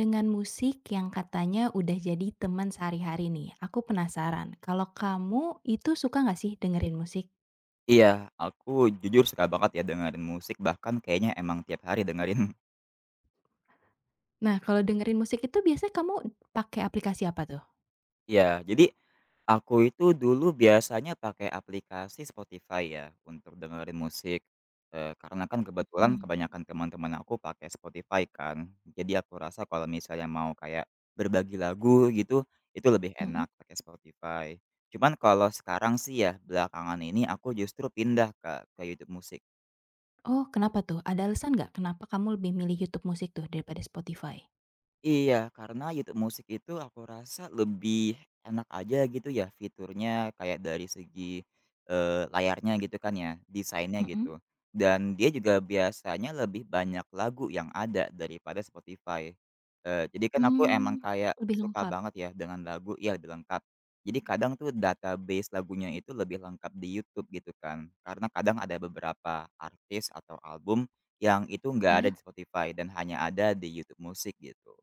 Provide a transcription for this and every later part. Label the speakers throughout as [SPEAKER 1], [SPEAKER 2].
[SPEAKER 1] Dengan musik yang katanya udah jadi teman sehari-hari nih, aku penasaran kalau kamu itu suka nggak sih dengerin musik?
[SPEAKER 2] Iya, aku jujur suka banget ya dengerin musik, bahkan kayaknya emang tiap hari dengerin.
[SPEAKER 1] Nah, kalau dengerin musik itu biasanya kamu pakai aplikasi apa tuh?
[SPEAKER 2] Iya, jadi aku itu dulu biasanya pakai aplikasi Spotify ya untuk dengerin musik, karena kan kebetulan
[SPEAKER 1] Mhm,
[SPEAKER 2] kebanyakan teman-teman aku pakai Spotify kan. Jadi aku rasa kalau misalnya mau kayak berbagi lagu gitu, itu lebih
[SPEAKER 1] mhm.
[SPEAKER 2] enak pakai Spotify. Cuman kalau sekarang sih ya belakangan ini aku justru pindah ke YouTube Musik.
[SPEAKER 1] Oh, kenapa tuh? Ada alasan nggak kenapa kamu lebih milih YouTube Musik tuh daripada Spotify?
[SPEAKER 2] Iya, karena YouTube Musik itu aku rasa lebih enak aja gitu ya fiturnya kayak dari segi, layarnya gitu kan ya, desainnya
[SPEAKER 1] Mhm.
[SPEAKER 2] gitu. Dan dia juga biasanya lebih banyak lagu yang ada daripada Spotify. Jadi kan aku
[SPEAKER 1] Mmm,
[SPEAKER 2] emang kayak
[SPEAKER 1] lebih
[SPEAKER 2] suka
[SPEAKER 1] lengkap,
[SPEAKER 2] banget ya dengan lagu yang lebih lengkap. Jadi kadang tuh database lagunya itu lebih lengkap di YouTube gitu kan, karena kadang ada beberapa artis atau album yang itu nggak ada
[SPEAKER 1] ya?
[SPEAKER 2] di Spotify dan hanya ada di YouTube Musik gitu.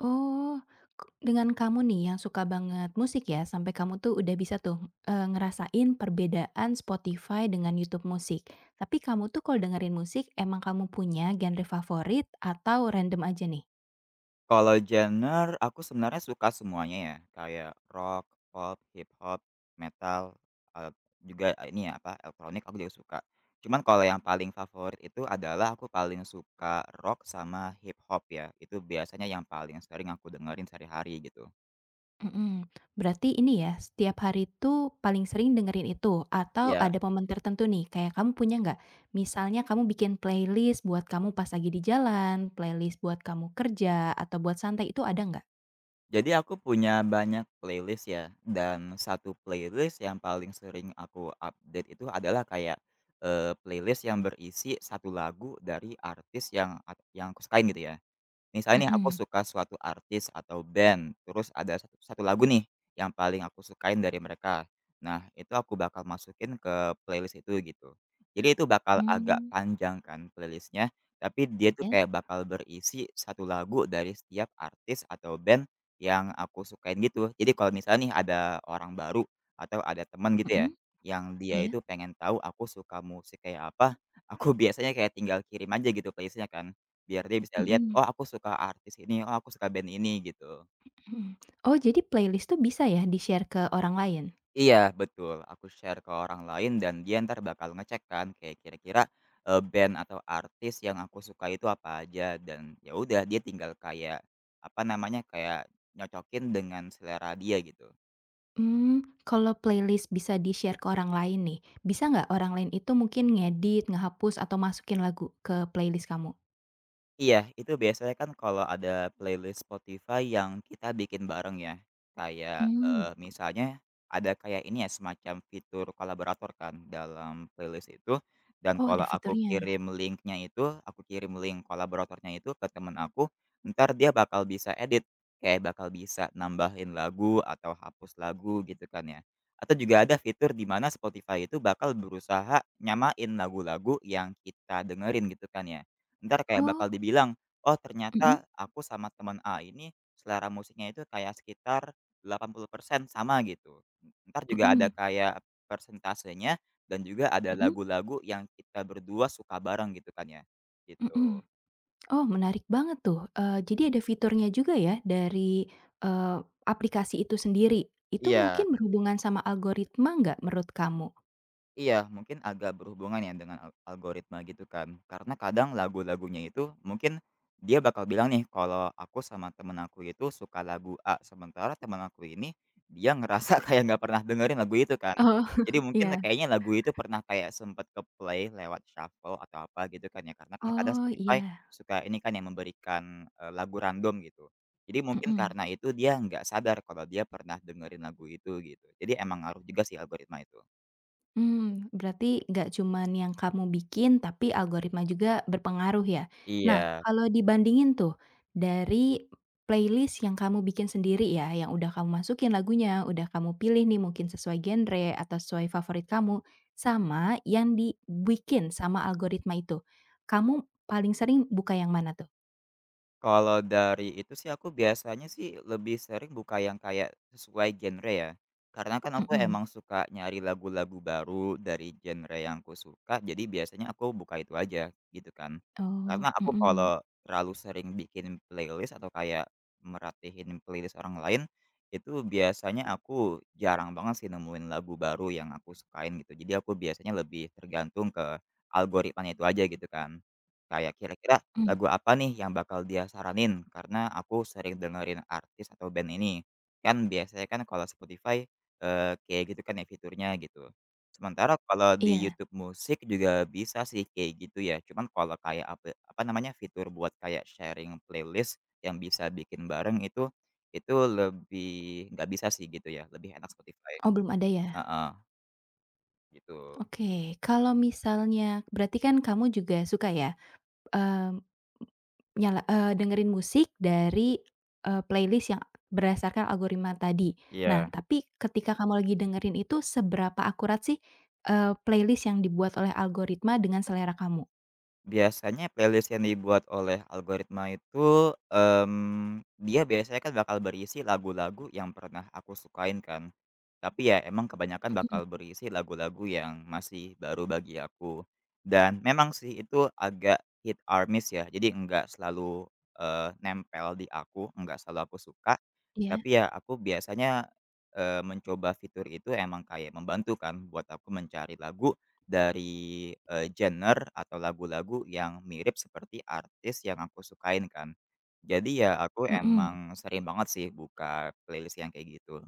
[SPEAKER 1] Oh, k dengan kamu nih yang suka banget musik ya, sampai kamu tuh udah bisa tuh, ngerasain perbedaan Spotify dengan YouTube Musik. Tapi kamu tuh kalau dengerin musik, emang kamu punya genre favorit atau random aja nih?
[SPEAKER 2] Kalau genre, aku sebenarnya suka semuanya ya, kayak rock, pop, hip hop, metal, eee, juga ini ya, apa, elektronik aku juga suka. Cuman kalau yang paling favorit itu adalah aku paling suka rock sama hip hop ya, itu biasanya yang paling sering aku dengerin sehari-hari gitu.
[SPEAKER 1] Mhm. Berarti ini ya, setiap hari tuh paling sering dengerin itu atau
[SPEAKER 2] Ya.
[SPEAKER 1] ada momen tertentu nih? Kayak kamu punya nggak, misalnya kamu bikin playlist buat kamu pas lagi di jalan, playlist buat kamu kerja, atau buat santai, itu ada nggak?
[SPEAKER 2] Jadi aku punya banyak playlist ya, dan satu playlist yang paling sering aku update itu adalah kayak, playlist yang berisi satu lagu dari artis yang yang aku sukain gitu ya. Misalnya nih aku
[SPEAKER 1] Mhm.
[SPEAKER 2] suka suatu artis atau band, terus ada satu satu lagu nih yang paling aku sukain dari mereka. Nah, itu aku bakal masukin ke playlist itu gitu. Jadi itu bakal agak
[SPEAKER 1] Mmm,
[SPEAKER 2] panjang kan playlistnya, tapi dia tuh
[SPEAKER 1] ya?
[SPEAKER 2] kayak bakal berisi satu lagu dari setiap artis atau band yang aku sukain gitu. Jadi kalau misalnya nih ada orang baru atau ada teman gitu
[SPEAKER 1] Mhm.
[SPEAKER 2] ya, yang dia
[SPEAKER 1] Iya,
[SPEAKER 2] itu pengen tahu aku suka musik kayak apa, aku biasanya kayak tinggal kirim aja gitu playlistnya kan. Biar dia bisa lihat,
[SPEAKER 1] mhm,
[SPEAKER 2] "Oh aku suka artis ini, oh aku suka band ini," gitu.
[SPEAKER 1] mhm. Oh, jadi playlist tuh bisa ya di-share ke orang lain?
[SPEAKER 2] Iya betul, aku share ke orang lain dan dia ntar bakal ngecek kan kayak kira-kira, band atau artis yang aku suka itu apa aja dan ya udah dia tinggal kayak, apa namanya, kayak nyocokin dengan selera dia gitu.
[SPEAKER 1] Mmm, kalau playlist bisa di-share ke orang lain nih, bisa nggak orang lain itu mungkin ngedit, ngehapus, atau masukin lagu ke playlist kamu?
[SPEAKER 2] Iya, itu biasanya kan kalau ada playlist Spotify yang kita bikin bareng ya. Kayak,
[SPEAKER 1] Mmm,
[SPEAKER 2] misalnya ada kayak ini ya, semacam fitur kolaborator kan dalam playlist itu, dan
[SPEAKER 1] oh ada
[SPEAKER 2] kalau aku
[SPEAKER 1] fiturnya.
[SPEAKER 2] kirim linknya itu, aku kirim link kolaboratornya itu ke temen aku, ntar dia bakal bisa edit, kayak bakal bisa nambahin lagu atau hapus lagu gitu kan ya. Atau juga ada fitur di mana Spotify itu bakal berusaha nyamain lagu-lagu yang kita dengerin gitu kan ya, ntar kayak
[SPEAKER 1] Oh,
[SPEAKER 2] bakal dibilang, "Oh
[SPEAKER 1] mhm,
[SPEAKER 2] ternyata aku sama teman A ini selera musiknya itu kayak sekitar 80% sama," gitu. Ntar juga ada
[SPEAKER 1] mhm,
[SPEAKER 2] kayak persentasenya dan juga ada
[SPEAKER 1] mhm,
[SPEAKER 2] lagu-lagu yang kita berdua suka bareng gitu kan ya, gitu.
[SPEAKER 1] mhm. Oh menarik banget tuh, jadi ada fiturnya juga ya dari, eee, aplikasi itu sendiri. Itu
[SPEAKER 2] Iya.
[SPEAKER 1] mungkin berhubungan sama algoritma nggak menurut kamu?
[SPEAKER 2] Iya, mungkin agak berhubungan ya dengan algoritma gitu kan. Karena kadang lagu-lagunya itu mungkin dia bakal bilang nih kalau aku sama temen aku itu suka lagu A, sementara temen aku ini dia ngerasa kayak nggak pernah dengerin lagu itu kan.
[SPEAKER 1] Oh,
[SPEAKER 2] Jadi mungkin
[SPEAKER 1] iya.
[SPEAKER 2] kayaknya lagu itu pernah kayak sempet ke-play lewat shuffle atau apa gitu kan ya, karena kan kadang
[SPEAKER 1] Oh,
[SPEAKER 2] Spotify
[SPEAKER 1] iya,
[SPEAKER 2] suka ini kan yang memberikan, lagu random gitu. Jadi mungkin
[SPEAKER 1] mhm.
[SPEAKER 2] karena itu dia nggak sadar kalau dia pernah dengerin lagu itu gitu. Jadi emang ngaruh juga sih algoritma itu.
[SPEAKER 1] Hmm, berarti nggak cuman yang kamu bikin, tapi algoritma juga berpengaruh ya? Nah,
[SPEAKER 2] Iya.
[SPEAKER 1] kalau dibandingin tuh dari playlist yang kamu bikin sendiri ya, yang udah kamu masukin lagunya, udah kamu pilih nih mungkin sesuai genre atau sesuai favorit kamu, sama yang dibikin sama algoritma itu, kamu paling sering buka yang mana tuh?
[SPEAKER 2] Kalau dari itu sih aku biasanya sih lebih sering buka yang kayak sesuai genre ya. Karena kan aku
[SPEAKER 1] Mhm.
[SPEAKER 2] emang suka nyari lagu-lagu baru dari genre yang aku suka, jadi biasanya aku buka itu aja gitu kan.
[SPEAKER 1] Oh,
[SPEAKER 2] Karena aku
[SPEAKER 1] mhm,
[SPEAKER 2] kalau terlalu sering bikin playlist atau kayak merhatiin playlist orang lain, itu biasanya aku jarang banget sih nemuin lagu baru yang aku sukain gitu. Jadi aku biasanya lebih tergantung ke algoritmanya itu aja gitu kan. Kayak kira-kira
[SPEAKER 1] mhm,
[SPEAKER 2] lagu apa nih yang bakal dia saranin? Karena aku sering dengerin artis atau band ini. Kan biasanya kan kalau Spotify, kayak gitu kan ya fiturnya gitu. Sementara kalau di
[SPEAKER 1] iya.
[SPEAKER 2] YouTube Musik juga bisa sih kayak gitu ya, cuman kalau kayak apa apa namanya, fitur buat kayak sharing playlist yang bisa bikin bareng itu, itu lebih nggak bisa sih gitu ya, lebih enak Spotify.
[SPEAKER 1] Oh, belum ada ya?
[SPEAKER 2] Heeh, gitu.
[SPEAKER 1] Oke, kalau misalnya berarti kan kamu juga suka ya. Mmm, dengerin musik dari, playlist yang berdasarkan algoritma tadi. Nah,
[SPEAKER 2] Iya.
[SPEAKER 1] tapi ketika kamu lagi dengerin itu seberapa akurat sih, playlist yang dibuat oleh algoritma dengan selera kamu?
[SPEAKER 2] Biasanya playlist yang dibuat oleh algoritma itu, dia biasanya kan bakal berisi lagu-lagu yang pernah aku sukain kan. Tapi ya emang kebanyakan
[SPEAKER 1] Mhm,
[SPEAKER 2] bakal berisi lagu-lagu yang masih baru bagi aku. Dan memang sih itu agak hit or miss ya, jadi nggak selalu, nempel di aku, nggak selalu aku suka.
[SPEAKER 1] iya.
[SPEAKER 2] Tapi ya aku biasanya, mencoba fitur itu emang kayak membantu kan buat aku mencari lagu dari, genre atau lagu-lagu yang mirip seperti artis yang aku sukain kan. Jadi ya aku
[SPEAKER 1] Mhm.
[SPEAKER 2] emang sering banget sih buka playlist yang kayak gitu.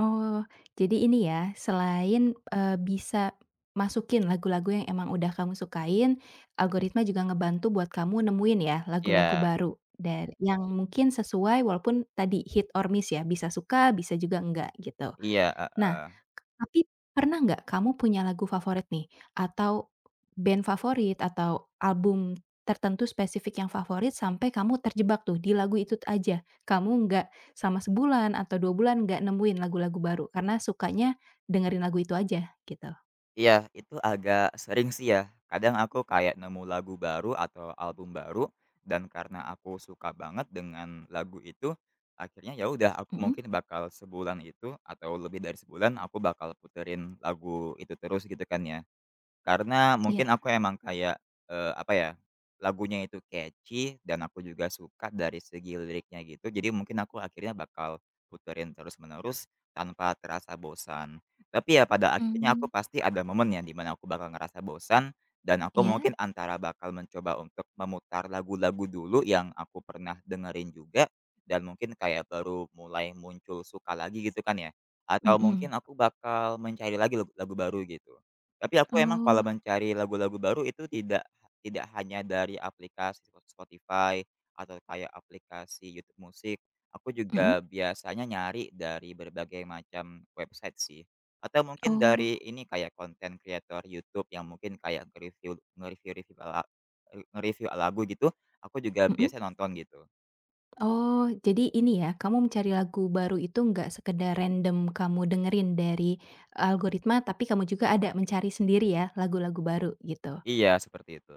[SPEAKER 1] Oh, jadi ini ya, selain, bisa masukin lagu-lagu yang emang udah kamu sukain, algoritma juga ngebantu buat kamu nemuin ya lagu-lagu
[SPEAKER 2] Iya
[SPEAKER 1] baru dan yang mungkin sesuai walaupun tadi hit or miss ya, bisa suka, bisa juga enggak gitu.
[SPEAKER 2] iya,
[SPEAKER 1] Nah,
[SPEAKER 2] heeh.
[SPEAKER 1] tapi pernah nggak kamu punya lagu favorit nih, atau band favorit, atau album tertentu spesifik yang favorit sampai kamu terjebak tuh di lagu itu aja? Kamu nggak sama sebulan atau 2 bulan nggak nemuin lagu-lagu baru karena sukanya dengerin lagu itu aja gitu?
[SPEAKER 2] Iya, itu agak sering sih ya. Kadang aku kayak nemu lagu baru atau album baru dan karena aku suka banget dengan lagu itu, akhirnya ya udah aku
[SPEAKER 1] Mhm,
[SPEAKER 2] mungkin bakal sebulan itu atau lebih dari sebulan aku bakal puterin lagu itu terus gitu kan ya. Karena mungkin
[SPEAKER 1] iya.
[SPEAKER 2] aku emang kayak, apa ya, lagunya itu catchy dan aku juga suka dari segi liriknya gitu, jadi mungkin aku akhirnya bakal puterin terus-menerus tanpa terasa bosan. Tapi ya pada akhirnya
[SPEAKER 1] Mmm.
[SPEAKER 2] aku pasti ada momen ya di aku bakal ngerasa bosan dan aku
[SPEAKER 1] Iya?
[SPEAKER 2] mungkin antara bakal mencoba untuk memutar lagu-lagu dulu yang aku pernah dengerin juga dan mungkin kayak baru mulai muncul suka lagi gitu kan ya, atau
[SPEAKER 1] Mhm.
[SPEAKER 2] mungkin aku bakal mencari lagi lagu lagu baru gitu. Tapi aku emang
[SPEAKER 1] Oh,
[SPEAKER 2] kalau mencari lagu-lagu baru itu tidak tidak hanya dari aplikasi Spotify atau kayak aplikasi YouTube musik, aku
[SPEAKER 1] mhm,
[SPEAKER 2] juga biasanya nyari dari berbagai macam website sih, atau mungkin
[SPEAKER 1] oh,
[SPEAKER 2] dari ini kayak konten kreator YouTube yang mungkin kayak nge-review nge-review-review la nge-review lagu gitu, aku juga
[SPEAKER 1] mhm?
[SPEAKER 2] biasa nonton gitu.
[SPEAKER 1] Oh, jadi ini ya, kamu mencari lagu baru itu nggak sekedar random kamu dengerin dari algoritma, tapi kamu juga ada mencari sendiri ya lagu-lagu baru gitu?
[SPEAKER 2] Iya, seperti itu.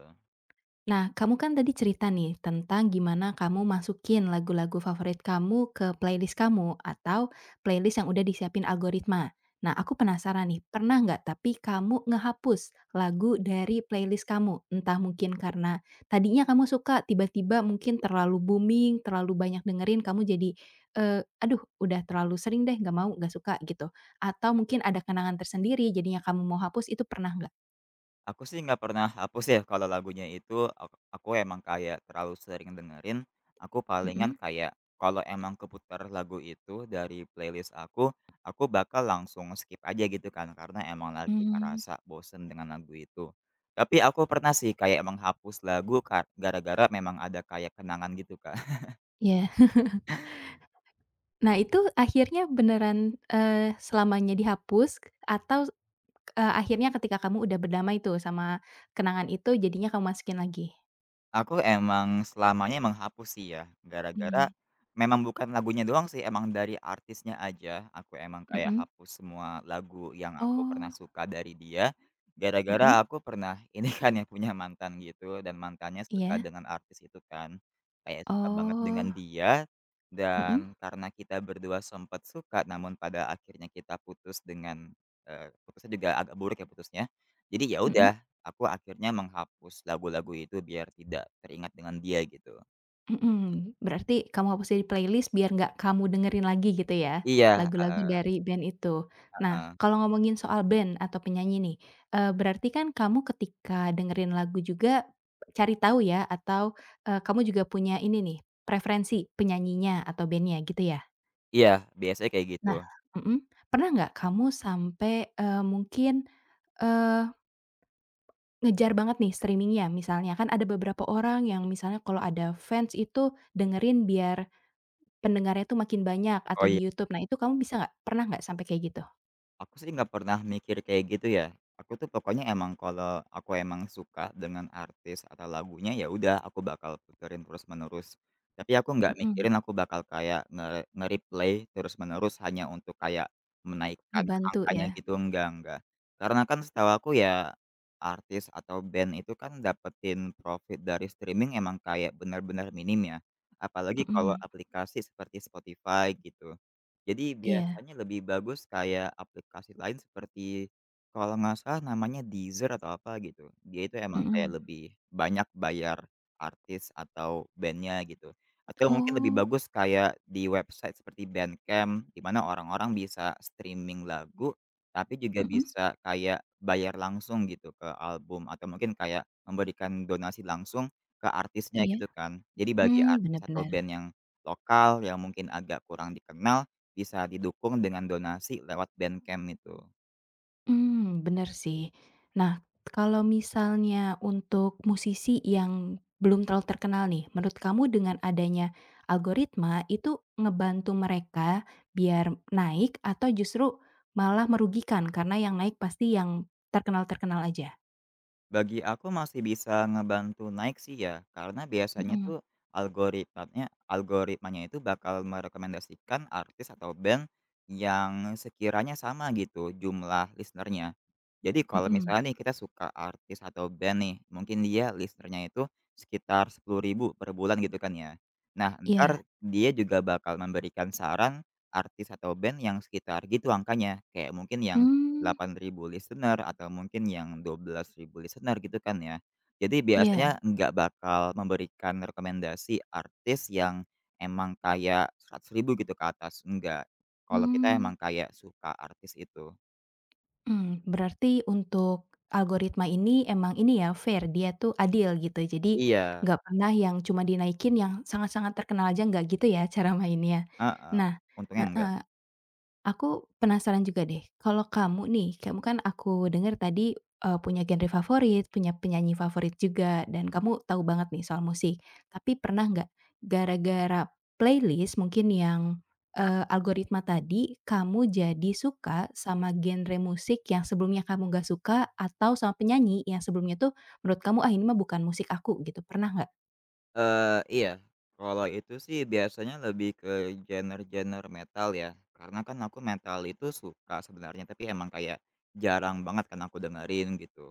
[SPEAKER 1] Nah, kamu kan tadi cerita nih tentang gimana kamu masukin lagu-lagu favorit kamu ke playlist kamu atau playlist yang udah disiapin algoritma. Nah, aku penasaran nih, pernah nggak tapi kamu ngehapus lagu dari playlist kamu? Entah mungkin karena tadinya kamu suka, tiba-tiba mungkin terlalu booming, terlalu banyak dengerin, kamu jadi, eee, "Aduh udah terlalu sering deh, nggak mau, nggak suka," gitu. Atau mungkin ada kenangan tersendiri jadinya kamu mau hapus, itu pernah nggak?
[SPEAKER 2] Aku sih nggak pernah hapus ya kalau lagunya itu aku emang kayak terlalu sering dengerin, aku palingan
[SPEAKER 1] Mhm.
[SPEAKER 2] kayak kalau emang keputar lagu itu dari playlist aku bakal langsung skip aja gitu kan karena emang lagi
[SPEAKER 1] Mmm,
[SPEAKER 2] ngerasa bosen dengan lagu itu. Tapi aku pernah sih kayak menghapus lagu gara-gara memang ada kayak kenangan gitu, kan.
[SPEAKER 1] iya. Nah itu akhirnya beneran, eee, selamanya dihapus atau, akhirnya ketika kamu udah berdamai tuh sama kenangan itu jadinya kamu masukin lagi?
[SPEAKER 2] Aku emang selamanya emang hapus sih ya, gara-gara
[SPEAKER 1] Mmm,
[SPEAKER 2] memang bukan lagunya doang sih, emang dari artisnya aja, aku emang kayak
[SPEAKER 1] mhm.
[SPEAKER 2] hapus semua lagu yang aku pernah
[SPEAKER 1] Oh,
[SPEAKER 2] suka dari dia,
[SPEAKER 1] mhm,
[SPEAKER 2] gara-gara aku pernah ini kan ya, punya mantan gitu, dan mantannya suka
[SPEAKER 1] iya.
[SPEAKER 2] dengan artis itu kan, kayak suka banget dengan
[SPEAKER 1] Oh,
[SPEAKER 2] dia,
[SPEAKER 1] mhm,
[SPEAKER 2] dan karena kita berdua sempat suka, namun pada akhirnya kita putus dengan, putusnya juga agak buruk ya putusnya. Jadi ya
[SPEAKER 1] mhm.
[SPEAKER 2] udah aku akhirnya menghapus lagu-lagu itu biar tidak teringat dengan dia gitu.
[SPEAKER 1] Mhm, berarti kamu hapus dari playlist biar nggak kamu dengerin lagi gitu ya,
[SPEAKER 2] Iya,
[SPEAKER 1] lagu-lagu
[SPEAKER 2] heeh
[SPEAKER 1] dari band itu. Nah,
[SPEAKER 2] heeh.
[SPEAKER 1] kalau ngomongin soal band atau penyanyi nih, berarti kan kamu ketika dengerin lagu juga cari tahu ya atau, kamu juga punya ini nih, preferensi penyanyinya atau band-nya gitu ya?
[SPEAKER 2] Iya, biasanya kayak gitu.
[SPEAKER 1] Nah, mhm, pernah nggak kamu sampai, mungkin, eee, ngejar banget nih streaming-nya misalnya, kan ada beberapa orang yang misalnya kalau ada Vans itu dengerin biar pendengarnya tuh makin banyak atau
[SPEAKER 2] Oh,
[SPEAKER 1] di
[SPEAKER 2] iya.
[SPEAKER 1] YouTube. Nah itu kamu bisa nggak? Pernah nggak sampai kayak gitu?
[SPEAKER 2] Aku sih nggak pernah mikir kayak gitu ya. Aku tuh pokoknya emang kalau aku emang suka dengan artis atau lagunya, ya udah aku bakal puterin terus-menerus. Tapi aku nggak
[SPEAKER 1] Mhm,
[SPEAKER 2] mikirin aku bakal kayak nge-replay terus-menerus hanya untuk kayak menaikkan
[SPEAKER 1] ngebantu
[SPEAKER 2] angkanya
[SPEAKER 1] ya?
[SPEAKER 2] gitu, enggak enggak. Karena kan setahu aku ya, artis atau band itu kan dapetin profit dari streaming emang kayak benar-benar minim ya. Apalagi kalau
[SPEAKER 1] Mhm,
[SPEAKER 2] aplikasi seperti Spotify gitu. Jadi
[SPEAKER 1] iya,
[SPEAKER 2] biasanya lebih bagus kayak aplikasi lain seperti, kalau nggak salah namanya Deezer atau apa gitu. Dia itu emang kayak
[SPEAKER 1] mhm.
[SPEAKER 2] lebih banyak bayar artis atau bandnya gitu. Atau mungkin lebih
[SPEAKER 1] Oh,
[SPEAKER 2] bagus kayak di website seperti Bandcamp di mana orang-orang bisa streaming lagu tapi juga
[SPEAKER 1] mhm,
[SPEAKER 2] bisa kayak bayar langsung gitu ke album atau mungkin kayak memberikan donasi langsung ke artisnya
[SPEAKER 1] iya,
[SPEAKER 2] gitu kan. Jadi bagi
[SPEAKER 1] mmm,
[SPEAKER 2] artis
[SPEAKER 1] bener
[SPEAKER 2] atau
[SPEAKER 1] bener.
[SPEAKER 2] band yang lokal yang mungkin agak kurang dikenal bisa didukung dengan donasi lewat Bandcamp itu.
[SPEAKER 1] Mmm, bener sih. Nah, kalau misalnya untuk musisi yang belum terlalu terkenal nih, menurut kamu dengan adanya algoritma itu ngebantu mereka biar naik atau justru malah merugikan karena yang naik pasti yang terkenal-terkenal aja?
[SPEAKER 2] Bagi aku masih bisa ngebantu naik sih ya, karena biasanya
[SPEAKER 1] Mhm,
[SPEAKER 2] tuh algoritmanya algoritmanya itu bakal merekomendasikan artis atau band yang sekiranya sama gitu jumlah listener. Jadi kalau
[SPEAKER 1] mhm,
[SPEAKER 2] misalnya nih kita suka artis atau band nih, mungkin dia listener itu sekitar 10.000 per bulan gitu kan ya. Nah, ntar
[SPEAKER 1] iya.
[SPEAKER 2] dia juga bakal memberikan saran artis atau band yang sekitar gitu angkanya, kayak mungkin yang
[SPEAKER 1] Mmm,
[SPEAKER 2] 8.000 listener atau mungkin yang 12.000 listener gitu kan ya. Jadi, iya, biasanya
[SPEAKER 1] iya,
[SPEAKER 2] nggak bakal memberikan rekomendasi artis yang emang kayak 100.000 gitu ke atas, enggak. Kalau kita
[SPEAKER 1] mmm,
[SPEAKER 2] emang kayak suka artis itu.
[SPEAKER 1] mmm, berarti untuk algoritma ini emang ini ya fair, dia tuh adil gitu, jadi
[SPEAKER 2] Iya.
[SPEAKER 1] nggak pernah yang cuma dinaikin yang sangat-sangat terkenal aja, nggak gitu ya cara mainnya?
[SPEAKER 2] Heeh,
[SPEAKER 1] Nah,
[SPEAKER 2] untungnya enggak.
[SPEAKER 1] heeh. Aku penasaran juga deh, kalau kamu nih, kamu kan aku dengar tadi, punya genre favorit, punya penyanyi favorit juga, dan kamu tahu banget nih soal musik. Tapi pernah nggak gara-gara playlist mungkin yang, algoritma tadi, kamu jadi suka sama genre musik yang sebelumnya kamu nggak suka atau sama penyanyi yang sebelumnya tuh menurut kamu, "Ah, ini mah bukan musik aku," gitu. Pernah nggak?
[SPEAKER 2] Iya, kalau itu sih biasanya lebih ke genre-genre metal ya, karena kan aku metal itu suka sebenarnya, tapi emang kayak jarang banget kan aku dengerin gitu.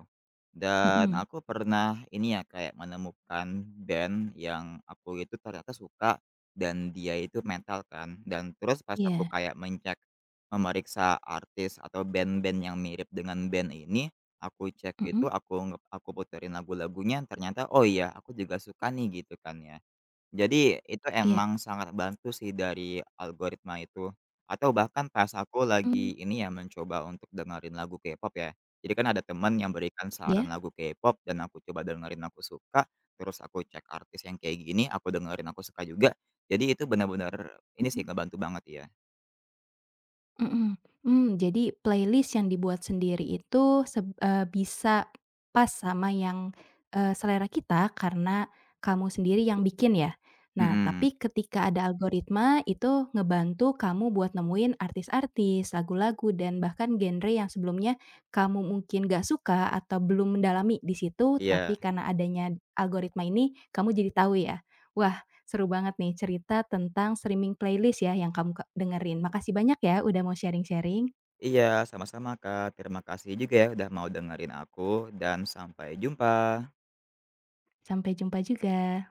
[SPEAKER 2] Dan
[SPEAKER 1] Mhm.
[SPEAKER 2] aku pernah ini ya, kayak menemukan band yang aku itu ternyata suka dan dia itu metal kan, dan terus pas aku
[SPEAKER 1] Iya.
[SPEAKER 2] kayak men-cek, memeriksa artis atau band-band yang mirip dengan band ini, aku cek itu,
[SPEAKER 1] Mhm.
[SPEAKER 2] aku aku puterin lagu-lagunya, ternyata, "Oh iya, aku juga suka nih," gitu kan ya. Jadi itu
[SPEAKER 1] Iya.
[SPEAKER 2] emang sangat bantu sih dari algoritma itu, atau bahkan pas aku
[SPEAKER 1] Mmm,
[SPEAKER 2] lagi ini ya, mencoba untuk dengerin lagu K-pop ya. Jadi kan ada temen yang berikan
[SPEAKER 1] iya?
[SPEAKER 2] saran lagu K-pop dan aku coba dengerin, aku suka, terus aku cek artis yang kayak gini, aku dengerin, aku suka juga. Jadi itu benar-benar ini sih,
[SPEAKER 1] Mhm.
[SPEAKER 2] ngebantu banget ya.
[SPEAKER 1] Mhm. Mmm, jadi playlist yang dibuat sendiri itu bisa pas sama yang, selera kita karena kamu sendiri yang bikin ya? Nah,
[SPEAKER 2] Mhm,
[SPEAKER 1] tapi ketika ada algoritma itu ngebantu kamu buat nemuin artis-artis, lagu-lagu, dan bahkan genre yang sebelumnya kamu mungkin nggak suka atau belum mendalami di situ,
[SPEAKER 2] iya.
[SPEAKER 1] tapi karena adanya algoritma ini kamu jadi tahu ya? Wah, seru banget nih cerita tentang streaming playlist ya yang kamu ke dengerin. Makasih banyak ya udah mau sharing-sharing.
[SPEAKER 2] Iya, sama-sama Kak. Terima kasih juga ya udah mau dengerin aku dan sampai jumpa.
[SPEAKER 1] Sampai jumpa juga.